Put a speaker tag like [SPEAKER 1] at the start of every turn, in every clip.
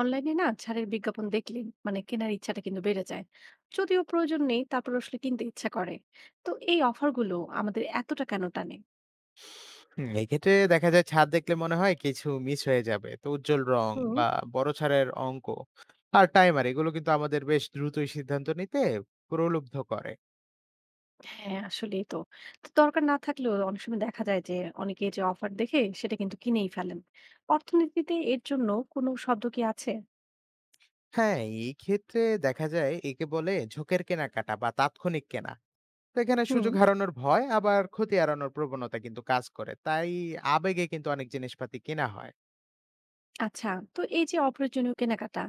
[SPEAKER 1] অনলাইনে না ছাড়ের বিজ্ঞাপন দেখলে মানে কেনার ইচ্ছাটা কিন্তু বেড়ে যায়। যদিও প্রয়োজন নেই, তারপর আসলে কিনতে ইচ্ছা করে। তো এই অফারগুলো আমাদের এতটা কেন টানে?
[SPEAKER 2] হুম, এক্ষেত্রে দেখা যায় ছাদ দেখলে মনে হয় কিছু মিস হয়ে যাবে। তো উজ্জ্বল রং
[SPEAKER 1] হুম।
[SPEAKER 2] বা বড় ছাড়ের অঙ্ক আর টাইমার এগুলো কিন্তু আমাদের বেশ দ্রুতই সিদ্ধান্ত নিতে প্রলুব্ধ করে।
[SPEAKER 1] হ্যাঁ, আসলেই তো। তো দরকার না থাকলেও অনেক সময় দেখা যায় যে অনেকে যে অফার দেখে সেটা কিন্তু কিনেই ফেলেন। অর্থনীতিতে এর জন্য কোনো শব্দ কি আছে?
[SPEAKER 2] হ্যাঁ, এই ক্ষেত্রে দেখা যায় একে বলে ঝোঁকের কেনাকাটা বা তাৎক্ষণিক কেনা। তো এখানে
[SPEAKER 1] হুম।
[SPEAKER 2] সুযোগ হারানোর ভয়, আবার ক্ষতি এড়ানোর প্রবণতা কিন্তু কাজ করে, তাই আবেগে কিন্তু অনেক জিনিসপাতি কেনা হয়।
[SPEAKER 1] আচ্ছা। তো এই যে অপ্রয়োজনীয় কেনাকাটা,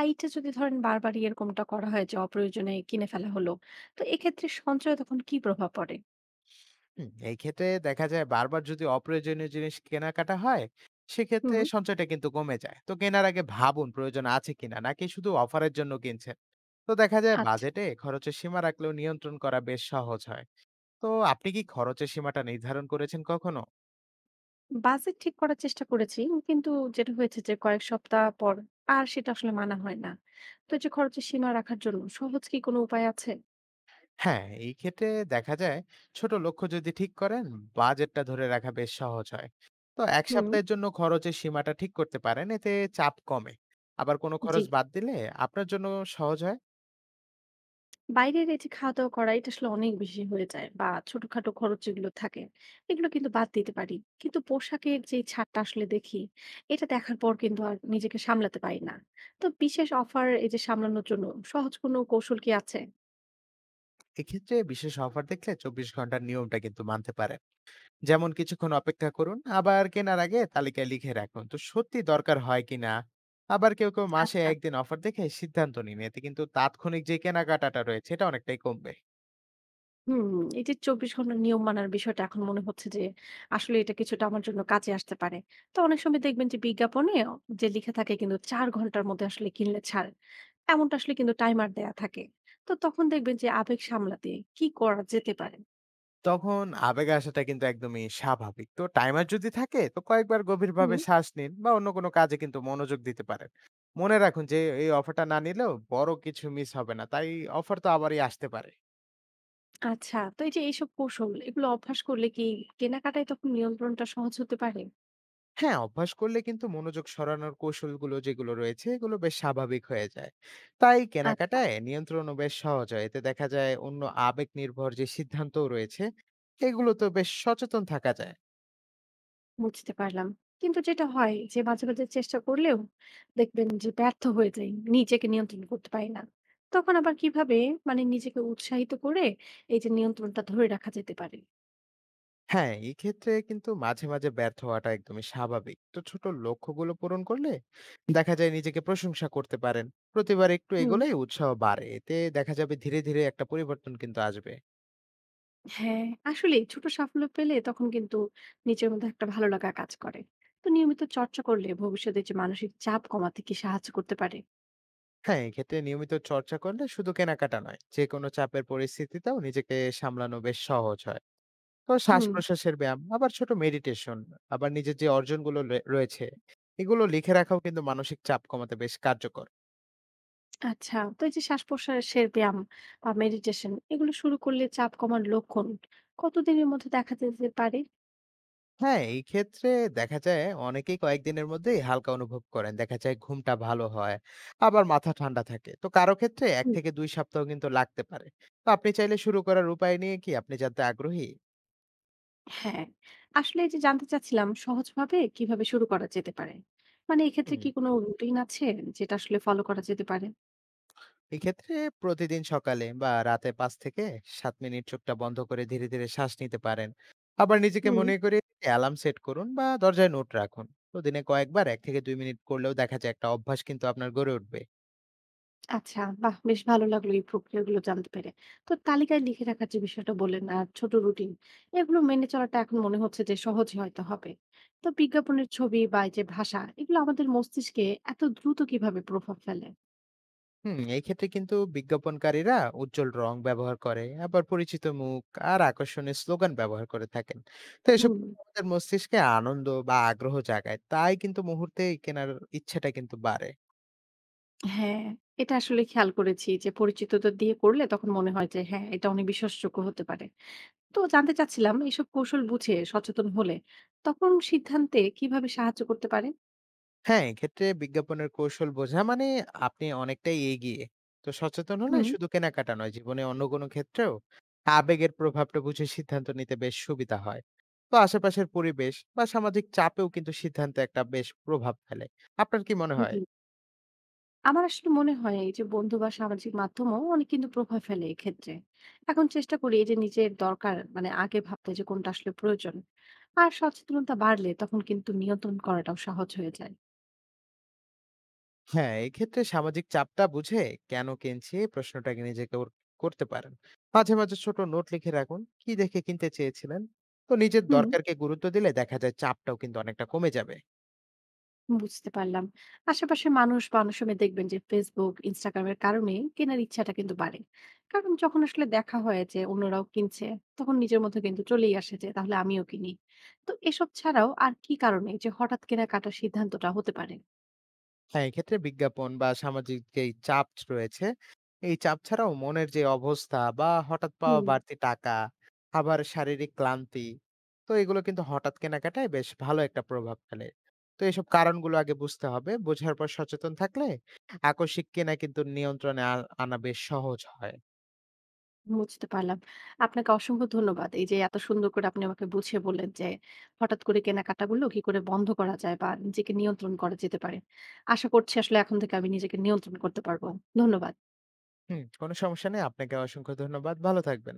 [SPEAKER 1] এইটা যদি ধরেন বারবারই এরকমটা করা হয় যে অপ্রয়োজনে কিনে ফেলা হলো, তো এক্ষেত্রে সঞ্চয়ে তখন কি প্রভাব পড়ে?
[SPEAKER 2] হুম, এই ক্ষেত্রে দেখা যায় বারবার যদি অপ্রয়োজনীয় জিনিস কেনাকাটা হয়, সেক্ষেত্রে সঞ্চয়টা কিন্তু কমে যায়। তো কেনার আগে ভাবুন প্রয়োজন আছে কিনা, নাকি শুধু অফারের জন্য কিনছেন। তো দেখা যায়
[SPEAKER 1] হুম।
[SPEAKER 2] বাজেটে খরচের সীমা রাখলেও নিয়ন্ত্রণ করা বেশ সহজ হয়। তো আপনি কি খরচের সীমাটা নির্ধারণ করেছেন কখনো?
[SPEAKER 1] বাজেট ঠিক করার চেষ্টা করেছি। কিন্তু যেটা হয়েছে যে কয়েক সপ্তাহ পর আর সেটা আসলে মানা হয় না। তো এই যে খরচের সীমা রাখার জন্য সহজ কি কোনো উপায় আছে?
[SPEAKER 2] হ্যাঁ, এই ক্ষেত্রে দেখা যায় ছোট লক্ষ্য যদি ঠিক করেন, বাজেটটা ধরে রাখা বেশ সহজ হয়। তো ১
[SPEAKER 1] হুম।
[SPEAKER 2] সপ্তাহের জন্য খরচের সীমাটা ঠিক করতে পারেন, এতে চাপ কমে। আবার কোনো
[SPEAKER 1] জি।
[SPEAKER 2] খরচ বাদ দিলে আপনার জন্য সহজ হয়।
[SPEAKER 1] বাইরের এই যে খাওয়া-দাওয়া করা এটা আসলে অনেক বেশি হয়ে যায় বা ছোটখাটো খরচ যেগুলো থাকে, এগুলো কিন্তু বাদ দিতে পারি। কিন্তু পোশাকের যে ছাড়টা আসলে দেখি, এটা দেখার পর কিন্তু আর নিজেকে সামলাতে পারি না। তো বিশেষ অফার এই যে সামলানোর জন্য সহজ কোনো কৌশল কি আছে?
[SPEAKER 2] এক্ষেত্রে বিশেষ অফার দেখলে ২৪ ঘন্টার নিয়মটা কিন্তু মানতে পারেন। যেমন কিছুক্ষণ অপেক্ষা করুন, আবার কেনার আগে তালিকায় লিখে রাখুন তো সত্যি দরকার হয় কিনা। আবার কেউ কেউ মাসে
[SPEAKER 1] আচ্ছা।
[SPEAKER 2] একদিন অফার দেখে সিদ্ধান্ত নিন, এতে কিন্তু তাৎক্ষণিক যে কেনাকাটাটা রয়েছে এটা অনেকটাই কমবে।
[SPEAKER 1] হুম, এই যে ২৪ ঘন্টা নিয়ম মানার বিষয়টা এখন মনে হচ্ছে যে আসলে এটা কিছুটা আমার জন্য কাজে আসতে পারে। তো অনেক সময় দেখবেন যে বিজ্ঞাপনে যে লিখে থাকে কিন্তু ৪ ঘন্টার মধ্যে আসলে কিনলে ছাড়। এমনটা আসলে কিন্তু টাইমার দেয়া থাকে। তো তখন দেখবেন যে আবেগ সামলাতে কি করা যেতে পারে?
[SPEAKER 2] তখন আবেগ আসাটা কিন্তু একদমই স্বাভাবিক। তো টাইমার যদি থাকে, তো কয়েকবার গভীরভাবে
[SPEAKER 1] হুম।
[SPEAKER 2] শ্বাস নিন বা অন্য কোনো কাজে কিন্তু মনোযোগ দিতে পারেন। মনে রাখুন যে এই অফারটা না নিলেও বড় কিছু মিস হবে না, তাই অফার তো আবারই আসতে পারে।
[SPEAKER 1] আচ্ছা, তো এই যে এইসব কৌশল এগুলো অভ্যাস করলে কি কেনাকাটায় তখন নিয়ন্ত্রণটা সহজ হতে পারে?
[SPEAKER 2] হ্যাঁ, অভ্যাস করলে কিন্তু মনোযোগ সরানোর কৌশলগুলো যেগুলো রয়েছে, এগুলো বেশ স্বাভাবিক হয়ে যায়। তাই
[SPEAKER 1] আচ্ছা।
[SPEAKER 2] কেনাকাটায় নিয়ন্ত্রণও বেশ সহজ হয়। এতে দেখা যায় অন্য আবেগ নির্ভর যে সিদ্ধান্তও রয়েছে, এগুলো তো বেশ সচেতন থাকা যায়।
[SPEAKER 1] বুঝতে পারলাম। কিন্তু যেটা হয় যে মাঝে, মাঝে চেষ্টা করলেও দেখবেন যে ব্যর্থ হয়ে যাই। নিজেকে নিয়ন্ত্রণ করতে পারি না। তখন আবার কিভাবে মানে নিজেকে উৎসাহিত করে এই যে নিয়ন্ত্রণটা ধরে রাখা যেতে পারে?
[SPEAKER 2] হ্যাঁ, এই ক্ষেত্রে কিন্তু মাঝে, মাঝে ব্যর্থ হওয়াটা একদমই স্বাভাবিক। তো ছোট লক্ষ্যগুলো পূরণ করলে দেখা যায় নিজেকে প্রশংসা করতে পারেন। প্রতিবার একটু
[SPEAKER 1] হুম।
[SPEAKER 2] এগোলেই উৎসাহ বাড়ে। এতে দেখা যাবে ধীরে, ধীরে একটা পরিবর্তন কিন্তু আসবে।
[SPEAKER 1] হ্যাঁ, আসলেই ছোট সাফল্য পেলে তখন কিন্তু নিজের মধ্যে একটা ভালো লাগা কাজ করে। তো নিয়মিত চর্চা করলে ভবিষ্যতে যে মানসিক চাপ কমাতে কি সাহায্য করতে পারে?
[SPEAKER 2] হ্যাঁ, এক্ষেত্রে নিয়মিত চর্চা করলে শুধু কেনাকাটা নয়, যেকোনো চাপের পরিস্থিতিতেও নিজেকে সামলানো বেশ সহজ হয়। তো
[SPEAKER 1] হুম।
[SPEAKER 2] শ্বাস-প্রশ্বাসের ব্যায়াম, আবার ছোট মেডিটেশন, আবার নিজের যে অর্জনগুলো রে রয়েছে, এগুলো লিখে রাখাও কিন্তু মানসিক চাপ কমাতে বেশ কার্যকর।
[SPEAKER 1] আচ্ছা, তো এই যে শ্বাস-প্রশ্বাসের ব্যায়াম বা মেডিটেশন এগুলো শুরু করলে চাপ কমার লক্ষণ কতদিনের মধ্যে দেখা যেতে পারে?
[SPEAKER 2] হ্যাঁ, এই ক্ষেত্রে দেখা যায় অনেকেই কয়েকদিনের মধ্যেই হালকা অনুভব করেন। দেখা যায় ঘুমটা ভালো হয়, আবার মাথা ঠান্ডা থাকে। তো কারো ক্ষেত্রে ১ থেকে ২ সপ্তাহ কিন্তু লাগতে পারে। তো আপনি চাইলে শুরু করার উপায় নিয়ে কি আপনি জানতে আগ্রহী?
[SPEAKER 1] হ্যাঁ। আসলে এই যে জানতে চাচ্ছিলাম সহজভাবে কিভাবে শুরু করা যেতে পারে, মানে এক্ষেত্রে
[SPEAKER 2] হুম
[SPEAKER 1] কি কোনো রুটিন আছে যেটা আসলে ফলো করা যেতে পারে?
[SPEAKER 2] এক্ষেত্রে প্রতিদিন সকালে বা রাতে ৫ থেকে ৭ মিনিট চোখটা বন্ধ করে ধীরে, ধীরে শ্বাস নিতে পারেন। আবার নিজেকে
[SPEAKER 1] হুম।
[SPEAKER 2] মনে করিয়ে দিতে অ্যালার্ম সেট করুন বা দরজায় নোট রাখুন। তো দিনে কয়েকবার ১ থেকে ২ মিনিট করলেও দেখা যায় একটা অভ্যাস কিন্তু আপনার গড়ে উঠবে।
[SPEAKER 1] আচ্ছা, বাহ, বেশ ভালো লাগলো এই প্রক্রিয়াগুলো জানতে পেরে। তো তালিকায় লিখে রাখার যে বিষয়টা বললেন আর ছোট রুটিন, এগুলো মেনে চলাটা এখন মনে হচ্ছে যে সহজ হয়তো হবে। তো বিজ্ঞাপনের ছবি বা এই যে ভাষা এগুলো আমাদের মস্তিষ্কে এত দ্রুত কিভাবে প্রভাব ফেলে?
[SPEAKER 2] হুম, এই ক্ষেত্রে কিন্তু বিজ্ঞাপনকারীরা উজ্জ্বল রং ব্যবহার করে, আবার পরিচিত মুখ আর আকর্ষণীয় স্লোগান ব্যবহার করে থাকেন। তো এসব
[SPEAKER 1] হুম।
[SPEAKER 2] আমাদের মস্তিষ্কে আনন্দ বা আগ্রহ জাগায়। তাই কিন্তু মুহূর্তেই কেনার ইচ্ছাটা কিন্তু বাড়ে।
[SPEAKER 1] হ্যাঁ, এটা আসলে খেয়াল করেছি যে পরিচিতদের দিয়ে করলে তখন মনে হয় যে হ্যাঁ এটা অনেক বিশ্বাসযোগ্য হতে পারে। তো জানতে চাচ্ছিলাম এইসব কৌশল বুঝে সচেতন হলে তখন সিদ্ধান্তে কিভাবে সাহায্য করতে পারে?
[SPEAKER 2] হ্যাঁ, এক্ষেত্রে বিজ্ঞাপনের কৌশল বোঝা মানে আপনি অনেকটাই এগিয়ে। তো সচেতন হলে
[SPEAKER 1] হুম।
[SPEAKER 2] শুধু কেনাকাটা নয়, জীবনে অন্য কোনো ক্ষেত্রেও আবেগের প্রভাবটা বুঝে সিদ্ধান্ত নিতে বেশ সুবিধা হয়। তো আশেপাশের পরিবেশ বা সামাজিক চাপেও কিন্তু সিদ্ধান্তে একটা বেশ প্রভাব ফেলে। আপনার কি মনে হয়?
[SPEAKER 1] জি। আমার আসলে মনে হয় এই যে বন্ধু বা সামাজিক মাধ্যমও অনেক কিন্তু প্রভাব ফেলে এক্ষেত্রে। এখন চেষ্টা করি এই যে নিজের দরকার, মানে আগে ভাবতে যে কোনটা আসলে প্রয়োজন। আর সচেতনতা বাড়লে তখন কিন্তু নিয়ন্ত্রণ করাটাও সহজ হয়ে যায়।
[SPEAKER 2] হ্যাঁ, এক্ষেত্রে সামাজিক চাপটা বুঝে কেন কিনছি এই প্রশ্নটাকে নিজেকে ওর করতে পারেন। মাঝে, মাঝে ছোট নোট লিখে রাখুন, কি দেখে কিনতে চেয়েছিলেন? তো নিজের
[SPEAKER 1] হুম।
[SPEAKER 2] দরকারকে গুরুত্ব দিলে দেখা যায় চাপটাও কিন্তু অনেকটা কমে যাবে।
[SPEAKER 1] বুঝতে পারলাম। আশেপাশের মানুষ বা অনেক সময় দেখবেন যে Facebook, Instagram এর কারণে কেনার ইচ্ছাটা কিন্তু বাড়ে। কারণ যখন আসলে দেখা হয় যে অন্যরাও কিনছে, তখন নিজের মধ্যে কিন্তু চলেই আসে যে তাহলে আমিও কিনি। তো এসব ছাড়াও আর কি কারণে যে হঠাৎ কেনাকাটার সিদ্ধান্তটা হতে পারে?
[SPEAKER 2] হ্যাঁ, এক্ষেত্রে বিজ্ঞাপন বা সামাজিক যেই চাপ রয়েছে, এই চাপ ছাড়াও মনের যে অবস্থা বা হঠাৎ পাওয়া
[SPEAKER 1] হুম।
[SPEAKER 2] বাড়তি টাকা, আবার শারীরিক ক্লান্তি, তো এগুলো কিন্তু হঠাৎ কেনাকাটায় বেশ ভালো একটা প্রভাব ফেলে। তো এসব কারণগুলো আগে বুঝতে হবে। বোঝার পর সচেতন থাকলে আকস্মিক কেনা কিন্তু নিয়ন্ত্রণে আনা বেশ সহজ হয়।
[SPEAKER 1] বুঝতে পারলাম। আপনাকে অসংখ্য ধন্যবাদ। এই যে এত সুন্দর করে আপনি আমাকে বুঝিয়ে বললেন যে হঠাৎ করে কেনাকাটাগুলো কি করে বন্ধ করা যায় বা নিজেকে নিয়ন্ত্রণ করা যেতে পারে। আশা করছি আসলে এখন থেকে আমি নিজেকে নিয়ন্ত্রণ করতে পারবো। ধন্যবাদ।
[SPEAKER 2] হুম, কোনো সমস্যা নেই। আপনাকে অসংখ্য ধন্যবাদ। ভালো থাকবেন।